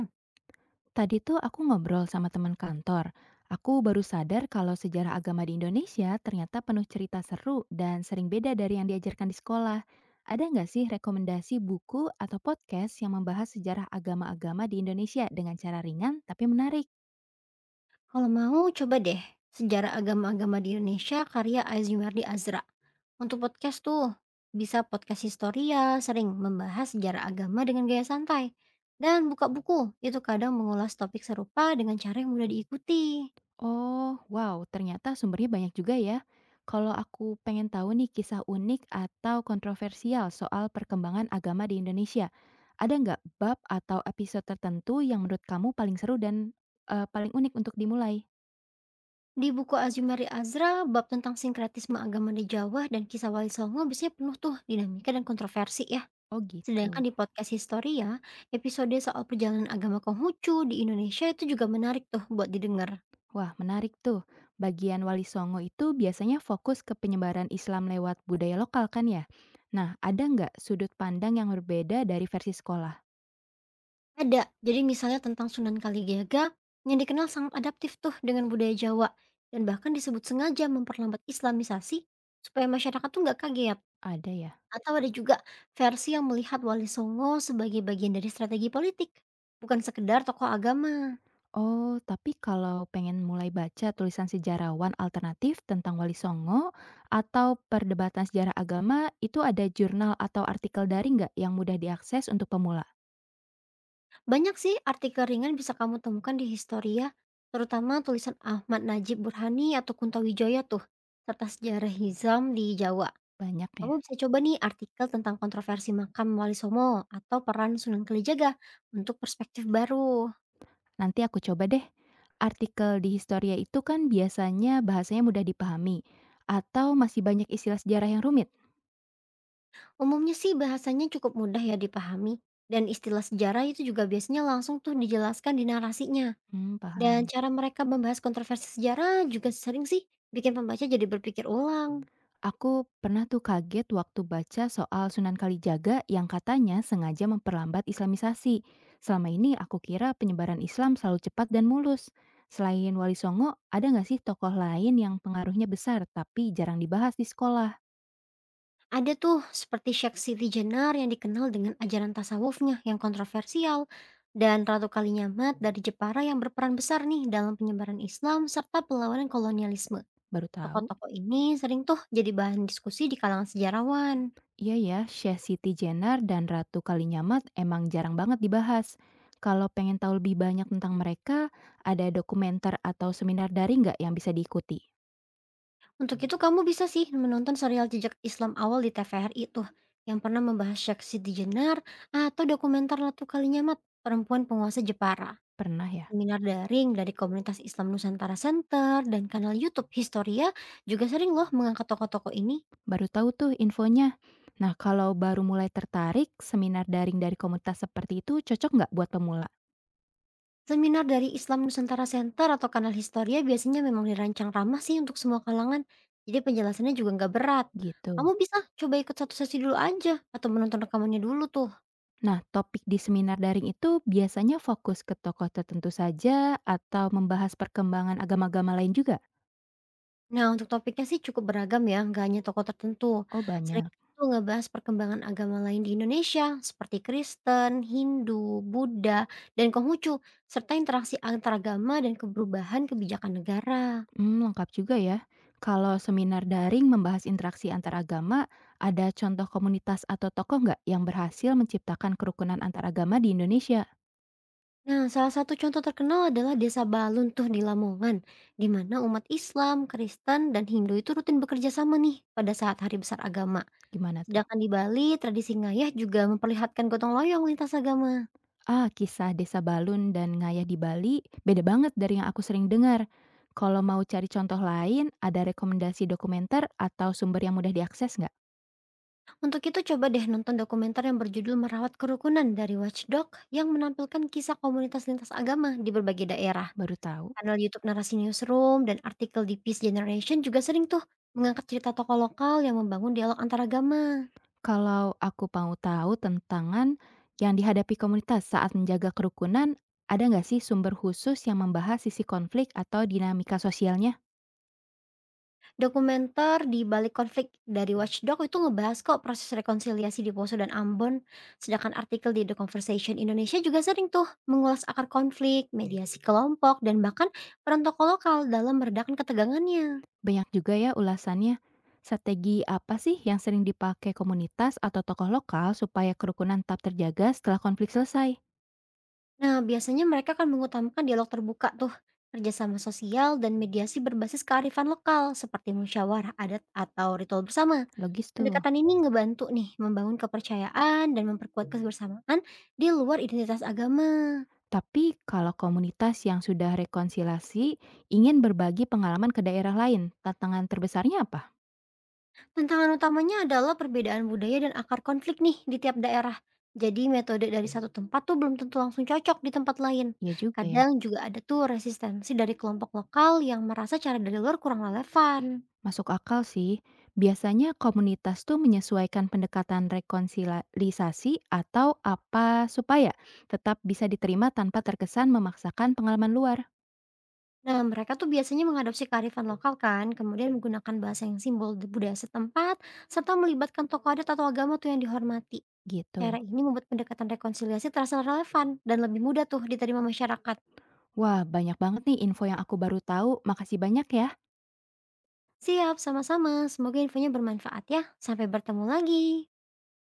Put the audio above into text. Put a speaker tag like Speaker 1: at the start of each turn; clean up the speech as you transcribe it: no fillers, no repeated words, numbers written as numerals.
Speaker 1: Tadi tuh aku ngobrol sama teman kantor. Aku baru sadar kalau sejarah agama di Indonesia ternyata penuh cerita seru dan sering beda dari yang diajarkan di sekolah. Ada nggak sih rekomendasi buku atau podcast yang membahas sejarah agama-agama di Indonesia dengan cara ringan tapi menarik?
Speaker 2: Kalau mau coba deh, Sejarah Agama-Agama di Indonesia karya Azumardi Azra. Untuk podcast tuh, bisa podcast Historia sering membahas sejarah agama dengan gaya santai, dan buka buku itu kadang mengulas topik serupa dengan cara yang mudah diikuti.
Speaker 1: Oh, wow, ternyata sumbernya banyak juga ya. Kalau aku pengen tahu nih kisah unik atau kontroversial soal perkembangan agama di Indonesia, ada nggak bab atau episode tertentu yang menurut kamu paling seru dan paling unik untuk dimulai?
Speaker 2: Di buku Azumari Azra, bab tentang sinkretisme agama di Jawa dan kisah Wali Songo biasanya penuh tuh dinamika dan kontroversi ya.
Speaker 1: Oh gitu.
Speaker 2: Sedangkan di podcast Historia, episode soal perjalanan agama Konghucu di Indonesia itu juga menarik tuh buat didengar.
Speaker 1: Wah, menarik tuh. Bagian Wali Songo itu biasanya fokus ke penyebaran Islam lewat budaya lokal kan ya? Nah, ada nggak sudut pandang yang berbeda dari versi sekolah?
Speaker 2: Ada. Jadi misalnya tentang Sunan Kalijaga yang dikenal sangat adaptif tuh dengan budaya Jawa, dan bahkan disebut sengaja memperlambat islamisasi supaya masyarakat tuh nggak kaget.
Speaker 1: Ada ya.
Speaker 2: Atau ada juga versi yang melihat Wali Songo sebagai bagian dari strategi politik, bukan sekedar tokoh agama.
Speaker 1: Oh, tapi kalau pengen mulai baca tulisan sejarawan alternatif tentang Wali Songo atau perdebatan sejarah agama, itu ada jurnal atau artikel daring nggak yang mudah diakses untuk pemula?
Speaker 2: Banyak sih artikel ringan bisa kamu temukan di Historia, terutama tulisan Ahmad Najib Burhani atau Kunto Wijoyo tuh, serta sejarah Hizam di Jawa.
Speaker 1: Banyak ya.
Speaker 2: Kamu bisa coba nih artikel tentang kontroversi makam Wali Songo atau peran Sunan Kalijaga untuk perspektif baru.
Speaker 1: Nanti aku coba deh. Artikel di Historia itu kan biasanya bahasanya mudah dipahami atau masih banyak istilah sejarah yang rumit?
Speaker 2: Umumnya sih bahasanya cukup mudah ya dipahami, dan istilah sejarah itu juga biasanya langsung tuh dijelaskan di narasinya.
Speaker 1: Hmm,
Speaker 2: Dan
Speaker 1: paham.
Speaker 2: cara mereka membahas kontroversi sejarah juga sering sih bikin pembaca jadi berpikir ulang.
Speaker 1: Aku pernah tuh kaget waktu baca soal Sunan Kalijaga yang katanya sengaja memperlambat islamisasi. Selama ini aku kira penyebaran Islam selalu cepat dan mulus. Selain Wali Songo, ada nggak sih tokoh lain yang pengaruhnya besar tapi jarang dibahas di sekolah?
Speaker 2: Ada tuh seperti Sheikh Siti Jenar yang dikenal dengan ajaran tasawufnya yang kontroversial, dan Ratu Kalinyamat dari Jepara yang berperan besar nih dalam penyebaran Islam serta perlawanan kolonialisme.
Speaker 1: Baru tahu.
Speaker 2: Tokoh-tokoh ini sering tuh jadi bahan diskusi di kalangan sejarawan.
Speaker 1: Iya ya, Syekh Siti Jenar dan Ratu Kalinyamat emang jarang banget dibahas. Kalau pengen tahu lebih banyak tentang mereka, ada dokumenter atau seminar daring nggak yang bisa diikuti?
Speaker 2: Untuk itu, kamu bisa sih menonton serial jejak Islam awal di TVRI tuh yang pernah membahas Sheikh Siti Jenar, atau dokumenter Latu Kalinyamat, perempuan penguasa Jepara.
Speaker 1: Pernah ya?
Speaker 2: Seminar daring dari komunitas Islam Nusantara Center dan kanal YouTube Historia juga sering loh mengangkat tokoh-tokoh ini.
Speaker 1: Baru tahu tuh infonya. Nah, kalau baru mulai tertarik, seminar daring dari komunitas seperti itu cocok nggak buat pemula?
Speaker 2: Seminar dari Islam Nusantara Center atau kanal Historia biasanya memang dirancang ramah sih untuk semua kalangan. Jadi penjelasannya juga nggak berat.
Speaker 1: Gitu.
Speaker 2: Kamu bisa coba ikut satu sesi dulu aja, atau menonton rekamannya dulu tuh.
Speaker 1: Nah, topik di seminar daring itu biasanya fokus ke tokoh tertentu saja atau membahas perkembangan agama-agama lain juga?
Speaker 2: Nah, untuk topiknya sih cukup beragam ya, nggak hanya tokoh tertentu.
Speaker 1: Oh,
Speaker 2: Sering
Speaker 1: banyak.
Speaker 2: itu ngebahas perkembangan agama lain di Indonesia seperti Kristen, Hindu, Buddha, dan Konghucu, serta interaksi antaragama dan keberubahan kebijakan negara.
Speaker 1: Hmm, lengkap juga ya. Kalau seminar daring membahas interaksi antar agama, ada contoh komunitas atau tokoh nggak yang berhasil menciptakan kerukunan antar agama di Indonesia?
Speaker 2: Nah, salah satu contoh terkenal adalah Desa Balun tuh di Lamongan, di mana umat Islam, Kristen, dan Hindu itu rutin bekerja sama nih pada saat hari besar agama.
Speaker 1: Gimana tuh?
Speaker 2: Sedangkan di Bali, tradisi ngayah juga memperlihatkan gotong royong lintas agama.
Speaker 1: Ah, kisah Desa Balun dan Ngayah di Bali beda banget dari yang aku sering dengar. Kalau mau cari contoh lain, ada rekomendasi dokumenter atau sumber yang mudah diakses nggak?
Speaker 2: Untuk itu, coba deh nonton dokumenter yang berjudul Merawat Kerukunan dari Watchdog yang menampilkan kisah komunitas lintas agama di berbagai daerah.
Speaker 1: Baru tahu.
Speaker 2: Kanal YouTube Narasi Newsroom dan artikel di Peace Generation juga sering tuh mengangkat cerita tokoh lokal yang membangun dialog antaragama.
Speaker 1: Kalau aku mau tahu tentangan yang dihadapi komunitas saat menjaga kerukunan, ada nggak sih sumber khusus yang membahas sisi konflik atau dinamika sosialnya?
Speaker 2: Dokumenter di balik konflik dari Watchdog itu ngebahas kok proses rekonsiliasi di Poso dan Ambon, sedangkan artikel di The Conversation Indonesia juga sering tuh mengulas akar konflik, mediasi kelompok, dan bahkan peran tokoh lokal dalam meredakan ketegangannya.
Speaker 1: Banyak juga ya ulasannya. Strategi apa sih yang sering dipakai komunitas atau tokoh lokal supaya kerukunan tetap terjaga setelah konflik selesai?
Speaker 2: Nah, biasanya mereka akan mengutamakan dialog terbuka tuh, kerjasama sosial, dan mediasi berbasis kearifan lokal seperti musyawarah adat atau ritual bersama.
Speaker 1: Logis tuh.
Speaker 2: Pendekatan ini ngebantu nih membangun kepercayaan dan memperkuat kebersamaan di luar identitas agama.
Speaker 1: Tapi kalau komunitas yang sudah rekonsiliasi ingin berbagi pengalaman ke daerah lain, tantangan terbesarnya apa?
Speaker 2: Tantangan utamanya adalah perbedaan budaya dan akar konflik nih di tiap daerah. Jadi metode dari satu tempat tuh belum tentu langsung cocok di tempat lain.
Speaker 1: Iya juga ya.
Speaker 2: Kadang juga ada tuh resistensi dari kelompok lokal yang merasa cara dari luar kurang relevan.
Speaker 1: Masuk akal sih. Biasanya komunitas tuh menyesuaikan pendekatan rekonsiliasi atau apa supaya tetap bisa diterima tanpa terkesan memaksakan pengalaman luar.
Speaker 2: Nah, mereka tuh biasanya mengadopsi kearifan lokal kan, kemudian menggunakan bahasa yang simbol di budaya setempat, serta melibatkan tokoh adat atau agama tuh yang dihormati.
Speaker 1: Gitu.
Speaker 2: Cara ini membuat pendekatan rekonsiliasi terasa relevan dan lebih mudah tuh diterima masyarakat.
Speaker 1: Wah, banyak banget nih info yang aku baru tahu. Makasih banyak ya.
Speaker 2: Siap, sama-sama. Semoga infonya bermanfaat ya. Sampai bertemu lagi.